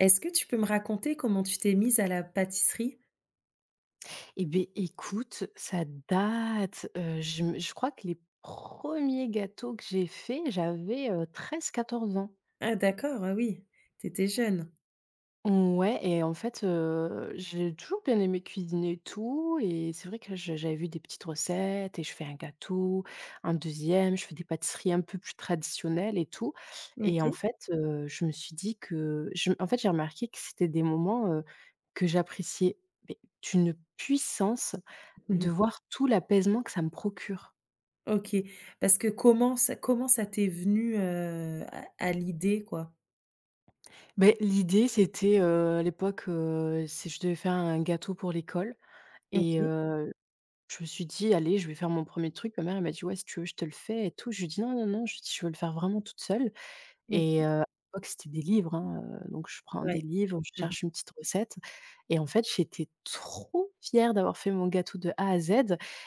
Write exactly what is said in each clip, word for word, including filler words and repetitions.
Est-ce que tu peux me raconter comment tu t'es mise à la pâtisserie? Eh beh, écoute, ça date, heu, je me je crois que les premiers gâteaux que j'ai faits, j'avais treize, quatorze ans. Ah d'accord, ah oui, tu étais jeune. Ouais, et en fait, heu, j'ai toujours bien aimé cuisiner et tout, et c'est vrai que je j'avais vu des petites recettes et je fais un gâteau, un deuxième, je fais des pâtisseries un peu plus traditionnelles et tout. Et en OK. fait, heu, je me suis dit que je en fait, j'ai remarqué que c'était des moments, heu, que j'appréciais, mais d'une puissance, de Mmh. voir tout l'apaisement que ça me procure. OK. Parce que comment ça comment ça t'est venu, heu, à à l'idée, quoi? Ben l'idée c'était, heu, à l'époque, heu, c'est je devais faire un gâteau pour l'école. Et OK, je me suis dit: «Allez, je vais faire mon premier truc». Ma mère, elle m'a dit: «Ouais, si tu veux, je te le fais et tout». Je lui ai dit: «Non, non, non», je lui ai dit: «Je veux le faire vraiment toute seule». Et OK, heu, à l'époque, c'était des livres, hein, heu, donc je prends des ouais. livres, je Mmh mh. cherche une petite recette et en fait, j'étais trop fière d'avoir fait mon gâteau de A à Z.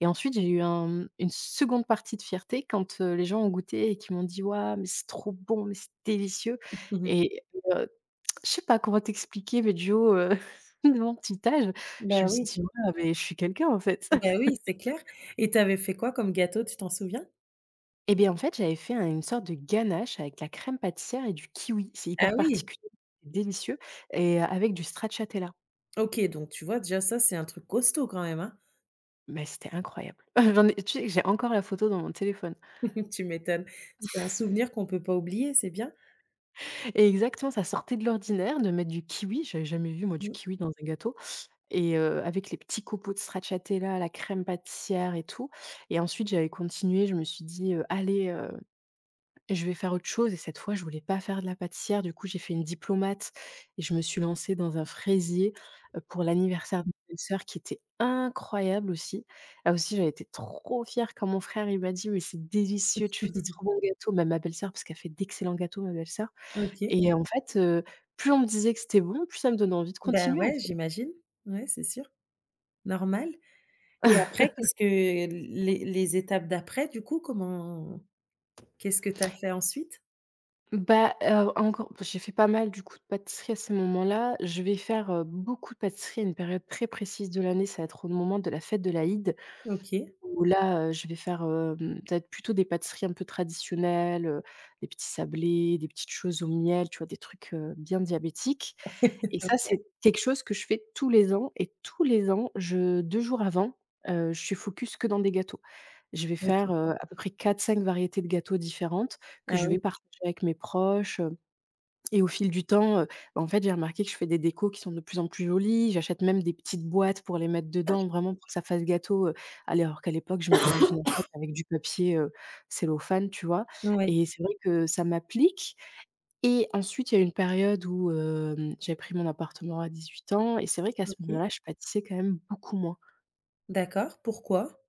Et ensuite, j'ai eu un, mmh, une seconde partie de fierté quand, heu, les gens ont goûté et qu'ils m'ont dit: «Waouh, mais c'est trop bon, mais c'est délicieux». Mmh. Et heu, je sais pas comment t'expliquer, mais du haut, heu, de mon petit âge, Bah je me suis oui, dit: «Waouh, mais je suis quelqu'un, en fait». bah oui, c'est clair, et t'avais fait quoi comme gâteau, tu t'en souviens? Eh bien, en fait, j'avais fait un une sorte de ganache avec la crème pâtissière et du kiwi. C'est Ah hyper oui! particulier, c'est délicieux, et heu, avec du stracciatella. OK, donc tu vois, déjà ça, c'est un truc costaud quand même, hein? Mais c'était incroyable. J'en ai tu sais que j'ai encore la photo dans mon téléphone. Tu m'étonnes. C'est un souvenir qu'on peut pas oublier, c'est bien. Et exactement, ça sortait de l'ordinaire de mettre du kiwi. J'avais jamais vu moi du Mmh. kiwi dans un gâteau. Et heu, avec les petits copeaux de stracciatella, la crème pâtissière et tout. Et ensuite j'avais continué, je me suis dit, heu: «Allez, je vais faire autre chose, et cette fois, je voulais pas faire de la pâtissière. Du coup, j'ai fait une diplomate et je me suis lancée dans un fraisier, heu, pour l'anniversaire de ma belle-sœur, qui était incroyable aussi. Là aussi, j'avais été trop fière quand mon frère, il m'a dit: «Mais c'est délicieux, tu fais des trop bons gâteaux». Même ma belle-sœur, parce qu'elle fait d'excellents gâteaux, ma belle-sœur. OK. Et en fait, heu, plus on me disait que c'était bon, plus ça me donnait envie de Ben continuer, en ouais, fait. j'imagine. Ouais, c'est sûr, normal. Et après, qu'est-ce que les les étapes d'après, du coup, comment qu'est-ce que tu as fait ensuite? Bah, heu, encore, j'ai fait pas mal, du coup, de pâtisserie à ces moments-là. Je vais faire, heu, beaucoup de pâtisserie à une période très précise de l'année. Ça va être au moment de la fête de l'Aïd, OK. où là, heu, je vais faire, hem, ça va être plutôt des pâtisseries un peu traditionnelles, heu, des petits sablés, des petites choses au miel, tu vois? Des trucs, heu, bien diabétiques. Et ça, D'accord. c'est quelque chose que je fais tous les ans, et tous les ans, je deux jours avant, heu, je suis focus que dans des gâteaux. Je vais OK. faire, heu, à peu près quatre-cinq variétés de gâteaux différentes, que Ah je oui. vais partager avec mes proches. Et au fil du temps, heu, bah, en fait, j'ai remarqué que je fais des décos qui sont de plus en plus jolies. J'achète même des petites boîtes pour les mettre dedans, vraiment pour que ça fasse gâteau, heu, alors qu'à l'époque, je mettais dans une assiette avec du papier, heu, cellophane, tu vois? Oui. Et c'est vrai que ça m'applique. Et ensuite, il y a eu une période où, hem, j'avais pris mon appartement à dix-huit ans, et c'est vrai qu'à ce OK. moment-là, je pâtissais quand même beaucoup moins. D'accord. Pourquoi?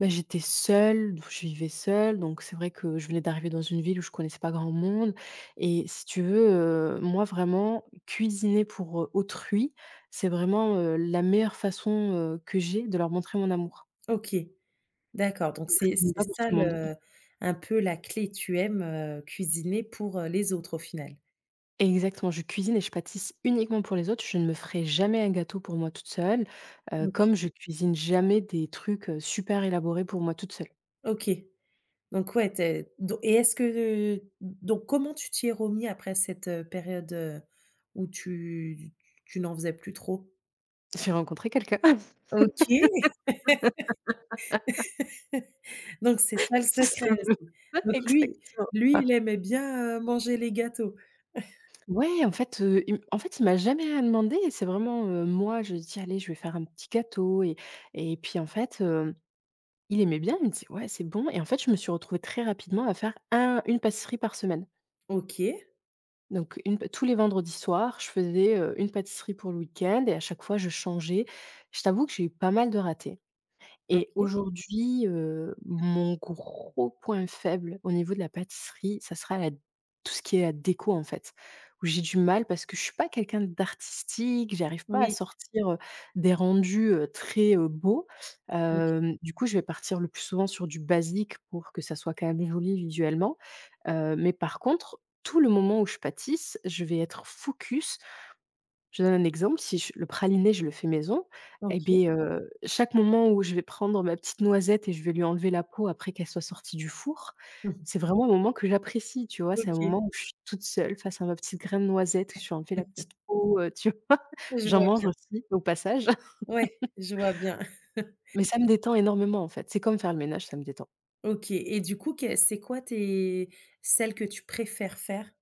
Bah, j'étais seule, donc je vivais seule, donc c'est vrai que je venais d'arriver dans une ville où je connaissais pas grand monde. Et si tu veux, heu, moi vraiment cuisiner pour, heu, autrui, c'est vraiment, heu, la meilleure façon, heu, que j'ai de leur montrer mon amour. OK. D'accord. Donc Donc je c'est cuisine c'est pas pour ça tout le monde. le un peu la clé. Tu aimes, heu, cuisiner pour, heu, les autres au final? Exactement, je cuisine et je pâtisse uniquement pour les autres. Je ne me ferai jamais un gâteau pour moi toute seule, heu, OK. comme je cuisine jamais des trucs, heu, super élaborés pour moi toute seule. OK. Donc ouais, tu es et est-ce que donc comment tu t'y es remis après cette, heu, période, heu, où tu tu n'en faisais plus trop? J'ai rencontré quelqu'un, OK. Donc c'est ça le tout secret simplement. aussi. Donc lui Exactement. lui, il aimait bien, heu, manger les gâteaux. Ouais, en fait, heu, il en fait, il m'a jamais rien demandé, et c'est vraiment, heu, moi, je dis: «Allez, je vais faire un petit gâteau». et et puis, en fait, hem, il aimait bien, il me disait: «Ouais, c'est bon». Et en fait, je me suis retrouvée très rapidement à faire un une pâtisserie par semaine. OK, Donc une p tous les vendredis soirs, je faisais, heu, une pâtisserie pour le week-end, et à chaque fois, je changeais. Je t'avoue que j'ai eu pas mal de ratés. Et OK. aujourd'hui, heu, mon gros point faible au niveau de la pâtisserie, ça sera la tout ce qui est la déco, en fait, où j'ai du mal parce que je suis pas quelqu'un d'artistique, j'arrive pas à Oui, sortir, heu, des rendus, heu, très, heu, beaux. OK, Hem, du coup, je vais partir le plus souvent sur du basique pour que ça soit quand même joli visuellement. Heu, mais par contre, tout le moment où je pâtisse, je vais être focus. Je donne un exemple, si je le praliné, je le fais maison, et OK. bien heu, chaque moment où je vais prendre ma petite noisette et je vais lui enlever la peau après qu'elle soit sortie du four, Mmh mh. c'est vraiment un moment que j'apprécie, tu vois? C'est un OK. moment où je suis toute seule face à ma petite graine de noisette, que je lui ai enlevé la petite peau, heu, tu vois? Je J'en vois mange bien. aussi au passage, Ouais, je vois bien. mais ça me détend énormément, en fait. C'est comme faire le ménage, ça me détend. OK et du coup, que c'est quoi tes celles que tu préfères faire?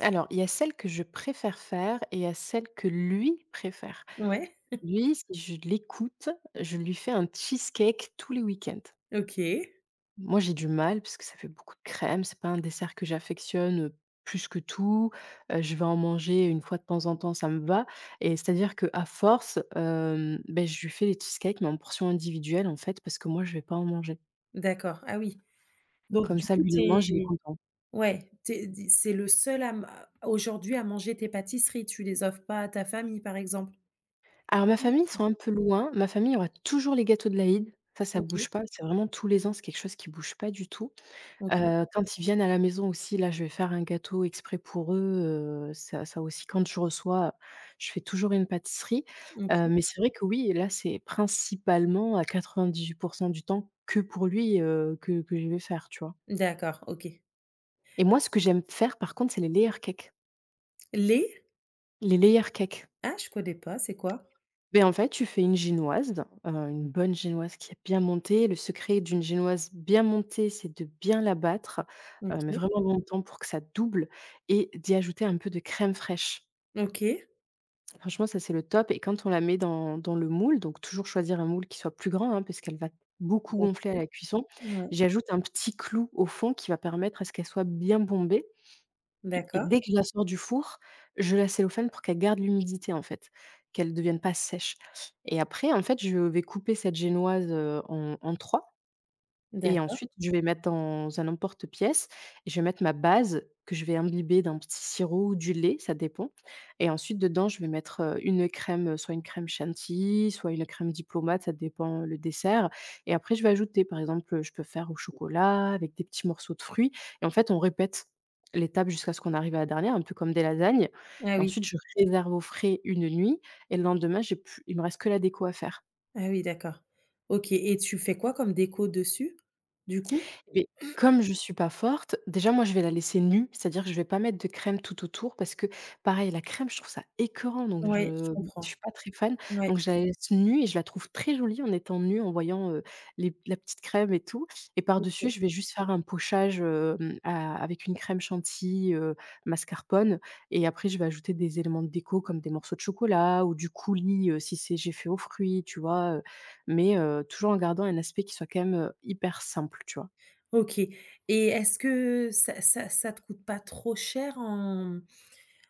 Alors, il y a celle que je préfère faire, et il y a celle que lui préfère. Ouais, Lui, si je l'écoute, je lui fais un cheesecake tous les week-ends. OK, Moi, j'ai du mal parce que ça fait beaucoup de crème. C'est pas un dessert que j'affectionne, plus que tout. Heu, je vais en manger une fois de temps en temps, ça me va. Et c'est-à-dire que à force, hem, beh, je lui fais les cheesecakes, mais en portions individuelles, en fait, parce que moi, je vais pas en manger. d'accord. Ah oui, donc Comme du ça, coup, lui, tu le es mange, il est content. ouais, tu es d c'est le seul à m à aujourd'hui à manger tes pâtisseries, tu les offres pas à ta famille, par exemple? Alors ma Mmh, famille, ils sont un peu loin. Ma famille, il y aura toujours les gâteaux de l'Aïd. Ça, ça OK, bouge pas. C'est vraiment tous les ans, c'est quelque chose qui bouge pas du tout. OK, Heu, quand ils viennent à la maison aussi, là, je vais faire un gâteau exprès pour eux, heu, ça ça aussi quand je reçois, je fais toujours une pâtisserie, heu, OK. mais c'est vrai que oui, là, c'est principalement à quatre-vingt-dix-huit pour cent du temps que pour lui, heu, que que je vais faire, tu vois? D'accord, OK. Et moi, ce que j'aime faire par contre, c'est les layer cakes. Les? Les layer cakes. Ah, je connais pas, c'est quoi? Ben en fait, tu fais une génoise, heu, une bonne génoise qui est bien montée. Le secret d'une génoise bien montée, c'est de bien la battre, heu, mais OK, vraiment longtemps pour que ça double, et d'y ajouter un peu de crème fraîche. OK. Franchement, ça, c'est le top. Et quand on la met dans dans le moule, donc toujours choisir un moule qui soit plus grand, hein, parce qu'elle va beaucoup Bon, gonfler à la cuisson. ouais, J'ajoute un petit clou au fond qui va permettre à ce qu'elle soit bien bombée, et d'accord, dès que je la sors du four, je la cellophane pour qu'elle garde l'humidité, en fait, qu'elle devienne pas sèche. Et après, en fait, je vais couper cette génoise, heu, en en trois, et d'accord. ensuite, je vais mettre dans un emporte-pièce et je vais mettre ma base, que je vais imbiber d'un petit sirop ou du lait, ça dépend. Et ensuite, dedans, je vais mettre, heu, une crème, heu, soit une crème chantilly, soit une crème diplomate, ça dépend euh, le dessert. Et après, je vais ajouter, par exemple, heu, je peux faire au chocolat avec des petits morceaux de fruits, et en fait, on répète l'étape jusqu'à ce qu'on arrive à la dernière, un peu comme des lasagnes. Ah Et oui, ensuite, je réserve au frais une nuit, et le lendemain, j'ai plus il me reste que la déco à faire. ah oui, d'accord. OK et tu fais quoi comme déco dessus, du coup? Mais comme je suis pas forte, déjà moi je vais la laisser nue, c'est-à-dire que je vais pas mettre de crème tout autour parce que, pareil, la crème je trouve ça écœurant, donc Ouais, je je je comprends. suis pas très fan. Ouais, Donc je la laisse nue et je la trouve très jolie en étant nue, en voyant, heu, les la petite crème et tout et par-dessus OK. je vais juste faire un pochage, hem, a avec une crème chantilly, heu, mascarpone et après je vais ajouter des éléments de déco comme des morceaux de chocolat ou du coulis, heu, si c'est j'ai fait aux fruits, tu vois? Heu, mais heu, toujours en gardant un aspect qui soit quand même, heu, hyper simple, tu vois? OK et est-ce que ça ça ça te coûte pas trop cher en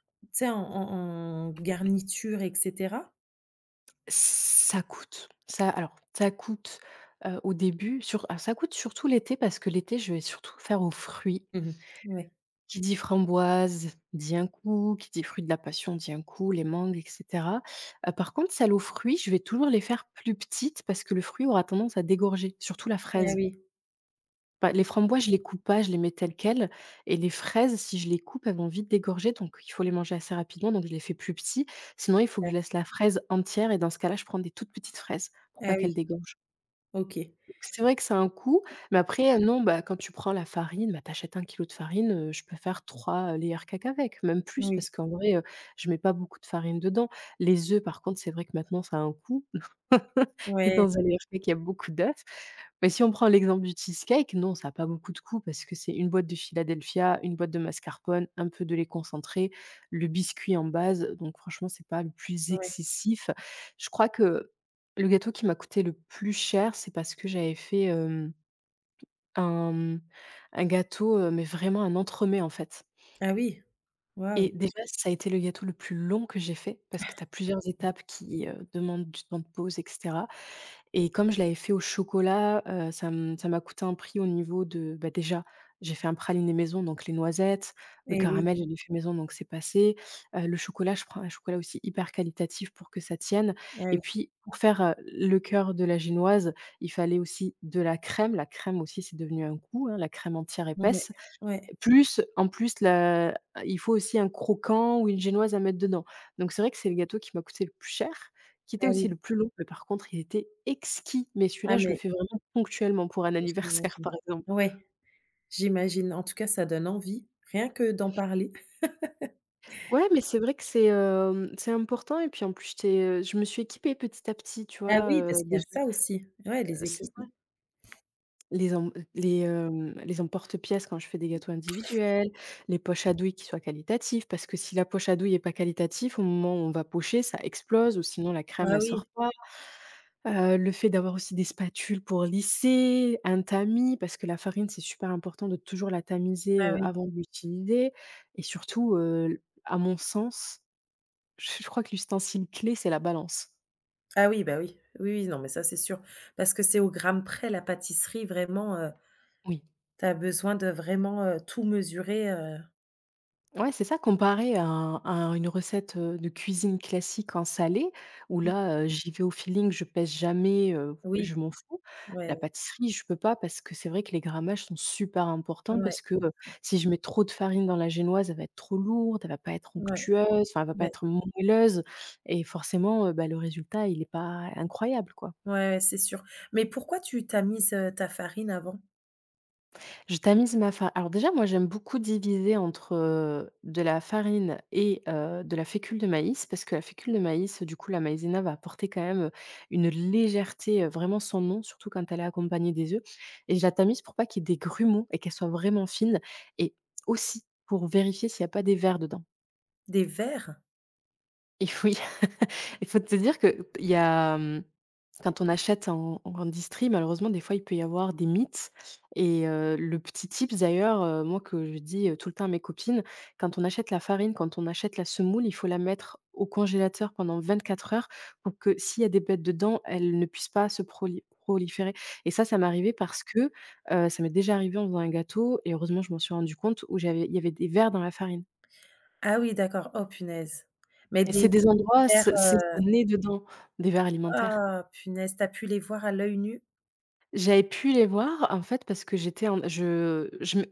tu sais, en en en garniture et cetera? Ça coûte. Ça alors, ça coûte, heu, au début sur alors ça coûte surtout l'été parce que l'été, je vais surtout faire aux fruits. Mmh. Ouais. Qui dit framboise dit un coup, qui dit fruit de la passion dit un coup, les mangues et cetera. Heu, par contre, celles aux fruits, je vais toujours les faire plus petites parce que le fruit aura tendance à dégorger, surtout la Ah fraise. oui, Bah, les framboises, je les coupe pas, je les mets telles quelles et les fraises, si je les coupe, elles vont vite dégorger, donc il faut les manger assez rapidement, donc je les fais plus petits. Sinon, il faut que d'ac je laisse la fraise entière et dans ce cas-là, je prends des toutes petites fraises pour pas ah qu'elles oui, dégorgent. OK. Donc c'est vrai que ça a un coût, mais après, heu, non, bah, quand tu prends la farine, bah, tu achètes un de farine, heu, je peux faire trois layer cakes avec, même plus Oui, parce qu'en vrai, heu, je mets pas beaucoup de farine dedans. Les œufs, par contre, c'est vrai que maintenant ça a un coût et ouais, dans un layer cake, il y a beaucoup d'œufs mais si on prend l'exemple du cheesecake, non, ça a pas beaucoup de coûts parce que c'est une boîte de Philadelphia, une boîte de mascarpone, un peu de lait concentré, le biscuit en base, donc franchement, c'est pas le plus ouais. excessif. Je crois que le gâteau qui m'a coûté le plus cher, c'est parce que j'avais fait, hem, un, mmh, un gâteau, heu, mais vraiment un entremets, en fait Ah oui, waouh, et déjà, ça a été le gâteau le plus long que j'ai fait parce que tu as plusieurs étapes qui, heu, demandent du temps de pause et cetera. Et comme je l'avais fait au chocolat, heu, ça m ça m'a coûté un prix au niveau de bah, déjà, j'ai fait un praliné maison, donc les noisettes, le et oui, caramel, je l'ai fait maison, donc c'est passé. Heu, le chocolat, je prends un chocolat aussi hyper qualitatif pour que ça tienne. ah Et oui, puis pour faire, heu, le cœur de la génoise, il fallait aussi de la crème. La crème aussi, c'est devenu un coup, la crème entière ouais, épaisse. ouais, Plus, en plus, la il faut aussi un croquant ou une génoise à mettre dedans. Donc c'est vrai que c'est le gâteau qui m'a coûté le plus cher, qui était ah aussi oui. le plus long, mais par contre, il était exquis. Mais Ah celui-là, je le mais fais vraiment ponctuellement pour un anniversaire, j'imagine. par exemple. Ouais, j'imagine. En tout cas, ça donne envie, rien que d'en parler. Ouais, mais c'est vrai que c'est, hem, c'est important et puis en plus, j'étais, heu, je me suis équipée petit à petit, tu Ah vois? oui, Heu, parce qu'il y a déjà ça aussi. Ouais, les c'est ça. équipements. Les em les, hem, les emporte-pièces quand je fais des gâteaux individuels, les poches à douille qui soient qualitatives, parce que si la poche à douille est pas qualitative, au moment où on va pocher, ça explose ou sinon la crème, Ah elle sort oui, pas. Heu, le fait d'avoir aussi des spatules pour lisser, un tamis parce que la farine, c'est super important de toujours la tamiser, ah heu, oui. avant de l'utiliser et surtout, heu, à mon sens, je je crois que l'ustensile clé, c'est la balance. Ah oui, bah oui. Oui, oui, non, mais ça, c'est sûr. Parce que c'est au gramme près, la pâtisserie, vraiment, heu, Oui. tu as besoin de vraiment, heu, tout mesurer, heu. Ouais, c'est ça, comparé à un à une recette, heu, de cuisine classique en salé, où Mmh. là, heu, j'y vais au feeling, je pèse jamais, heu, Oui, je m'en fous. ouais, La pâtisserie, je peux pas parce que c'est vrai que les grammages sont super importants ouais, parce que, heu, si je mets trop de farine dans la génoise, elle va être trop lourde, elle va pas être ouais, onctueuse, enfin, elle va pas ouais, être moelleuse et forcément, heu, bah, le résultat, il est pas incroyable, quoi. ouais, ouais, c'est sûr. Mais pourquoi tu tu mise, heu, ta farine avant? Je tamise ma farine. Alors déjà, moi, j'aime beaucoup diviser entre, heu, de la farine et heu, de la fécule de maïs parce que la fécule de maïs, du coup, la maïzena va apporter quand même, une légèreté, heu, vraiment sans nom, surtout quand elle est accompagnée des œufs et je la tamise pour pas qu'il y ait des grumeaux et qu'elle soit vraiment fine et aussi pour vérifier s'il n'y a pas des vers dedans. Des verres? Et oui, il faut te dire que il y a, mmh, quand on achète en en grande malheureusement, des fois, il peut y avoir des mythes et heu, le petit tips d'ailleurs, heu, moi que je dis, heu, tout le temps à mes copines, quand on achète la farine, quand on achète la semoule, il faut la mettre au congélateur pendant vingt quatre heures pour que s'il y a des bêtes dedans, elles ne puissent pas se proli proliférer et ça, ça m'est arrivé parce que, heu, ça m'est déjà arrivé en faisant un gâteau et heureusement, je m'en suis rendu compte où j'avais il y avait des vers dans la farine. Ah oui, d'accord. Oh punaise. Mais Et des c'est des endroits, verres. c'est c'est ça naît dedans, des vers alimentaires. Ah punaise, tu as pu les voir à l'œil nu? J'avais pu les voir, en fait, parce que j'étais en je je mets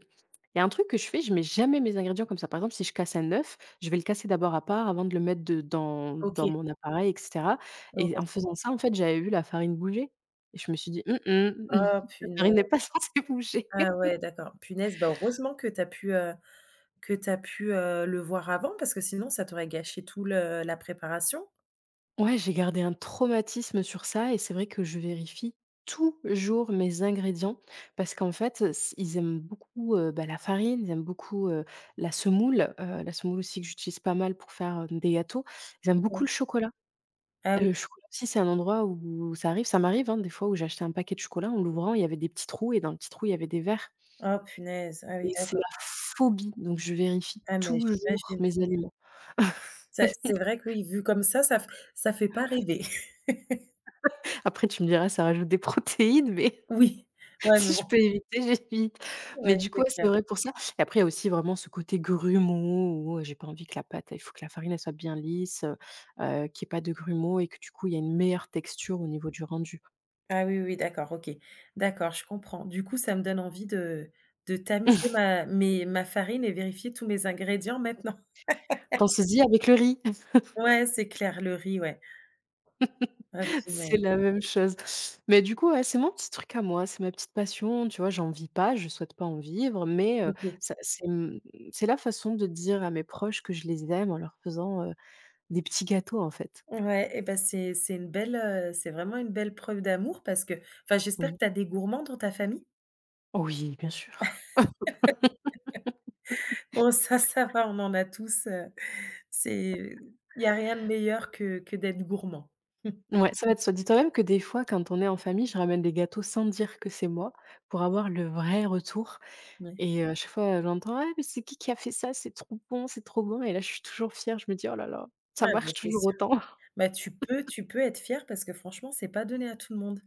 il y a un truc que je fais, je mets jamais mes ingrédients comme ça. Par exemple, si je casse un œuf, je vais le casser d'abord à part avant de le mettre de dans dans OK, mon appareil et cetera et en heureusement. faisant ça, en fait, j'avais vu la farine bouger et je me suis dit: «Mmh mh, Ah la farine n'est punaise, pas censée bouger». ah ouais, d'accord. Punaise, bah, heureusement que tu as pu, heu, que tu as pu, heu, le voir avant parce que sinon ça t'aurait gâché tout le la préparation. Ouais, j'ai gardé un traumatisme sur ça et c'est vrai que je vérifie toujours mes ingrédients parce qu'en fait, s- ils aiment beaucoup euh, bah, la farine, ils aiment beaucoup euh, la semoule, euh, la semoule aussi que j'utilise pas mal pour faire euh, des gâteaux. Ils aiment beaucoup Ouais. le chocolat. Ah Euh, oui. Le chocolat aussi, c'est un endroit où ça arrive, ça m'arrive hein, des fois où j'ai acheté un paquet de chocolat, en l'ouvrant, il y avait des petits trous et dans le petit trou, il y avait des verres. Ah punaise. Ah oui, Et c'est d'accord. ma phobie, donc je vérifie Ah mais toujours j'imagine. mes aliments. Ça c'est vrai que oui, vu comme ça, ça f ça fait pas rêver. Après, tu me diras, ça rajoute des protéines, mais Oui. Ouais, mais si je bon. peux éviter, j'évite. Ouais, Mais du coup, c'est ouais, c'est clair. vrai pour ça. Et après, il y a aussi vraiment ce côté grumeau, où, heu, j'ai pas envie que la pâte, il faut que la farine, elle soit bien lisse, heu heu, qu'il y ait pas de grumeaux et que du coup, il y a une meilleure texture au niveau du rendu. Ah oui, oui, d'accord, OK. D'accord, je comprends. Du coup, ça me donne envie de de tamiser ma mes ma farine et vérifier tous mes ingrédients maintenant. Pensez-y avec le riz, Ouais, c'est clair, le riz, ouais. Ouais, vous avez c'est la même chose. Mais du coup, ouais, c'est mon petit truc à moi, c'est ma petite passion, tu vois? J'en vis pas, je souhaite pas en vivre, mais heu, OK. ça c'est, mmh, c'est la façon de dire à mes proches que je les aime en leur faisant, heu, des petits gâteaux, en fait. Ouais et bah, c'est c'est une belle, heu, c'est vraiment une belle preuve d'amour parce que enfin, j'espère que Oui. tu as des gourmands dans ta famille? Oui, bien sûr. Bon ça, ça va, on en a tous, heu, c'est il y a rien de meilleur que que d'être gourmand. Ouais, ça va être soit dis toi-même que des fois, quand on est en famille, je ramène des gâteaux sans dire que c'est moi, pour avoir le vrai retour Ouais. et heu, à chaque fois, j'entends: «Ah mais c'est qui qui a fait ça? C'est trop bon, c'est trop bon» et là, je suis toujours fière, je me dis: «Oh là là, ça Ouais, bah, marche c'est toujours sûr. autant». Bah, tu peux tu peux être fier parce que franchement, c'est pas donné à tout le monde.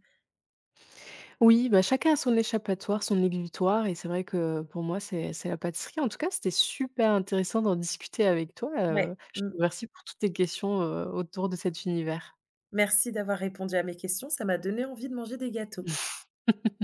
Oui, bah, chacun a son échappatoire, son exutoire et c'est vrai que pour moi, c'est c'est la pâtisserie. En tout cas, c'était super intéressant d'en discuter avec toi, Ouais, heu, je te mmh. remercie pour toutes tes questions, heu, autour de cet univers. Merci d'avoir répondu à mes questions, ça m'a donné envie de manger des gâteaux.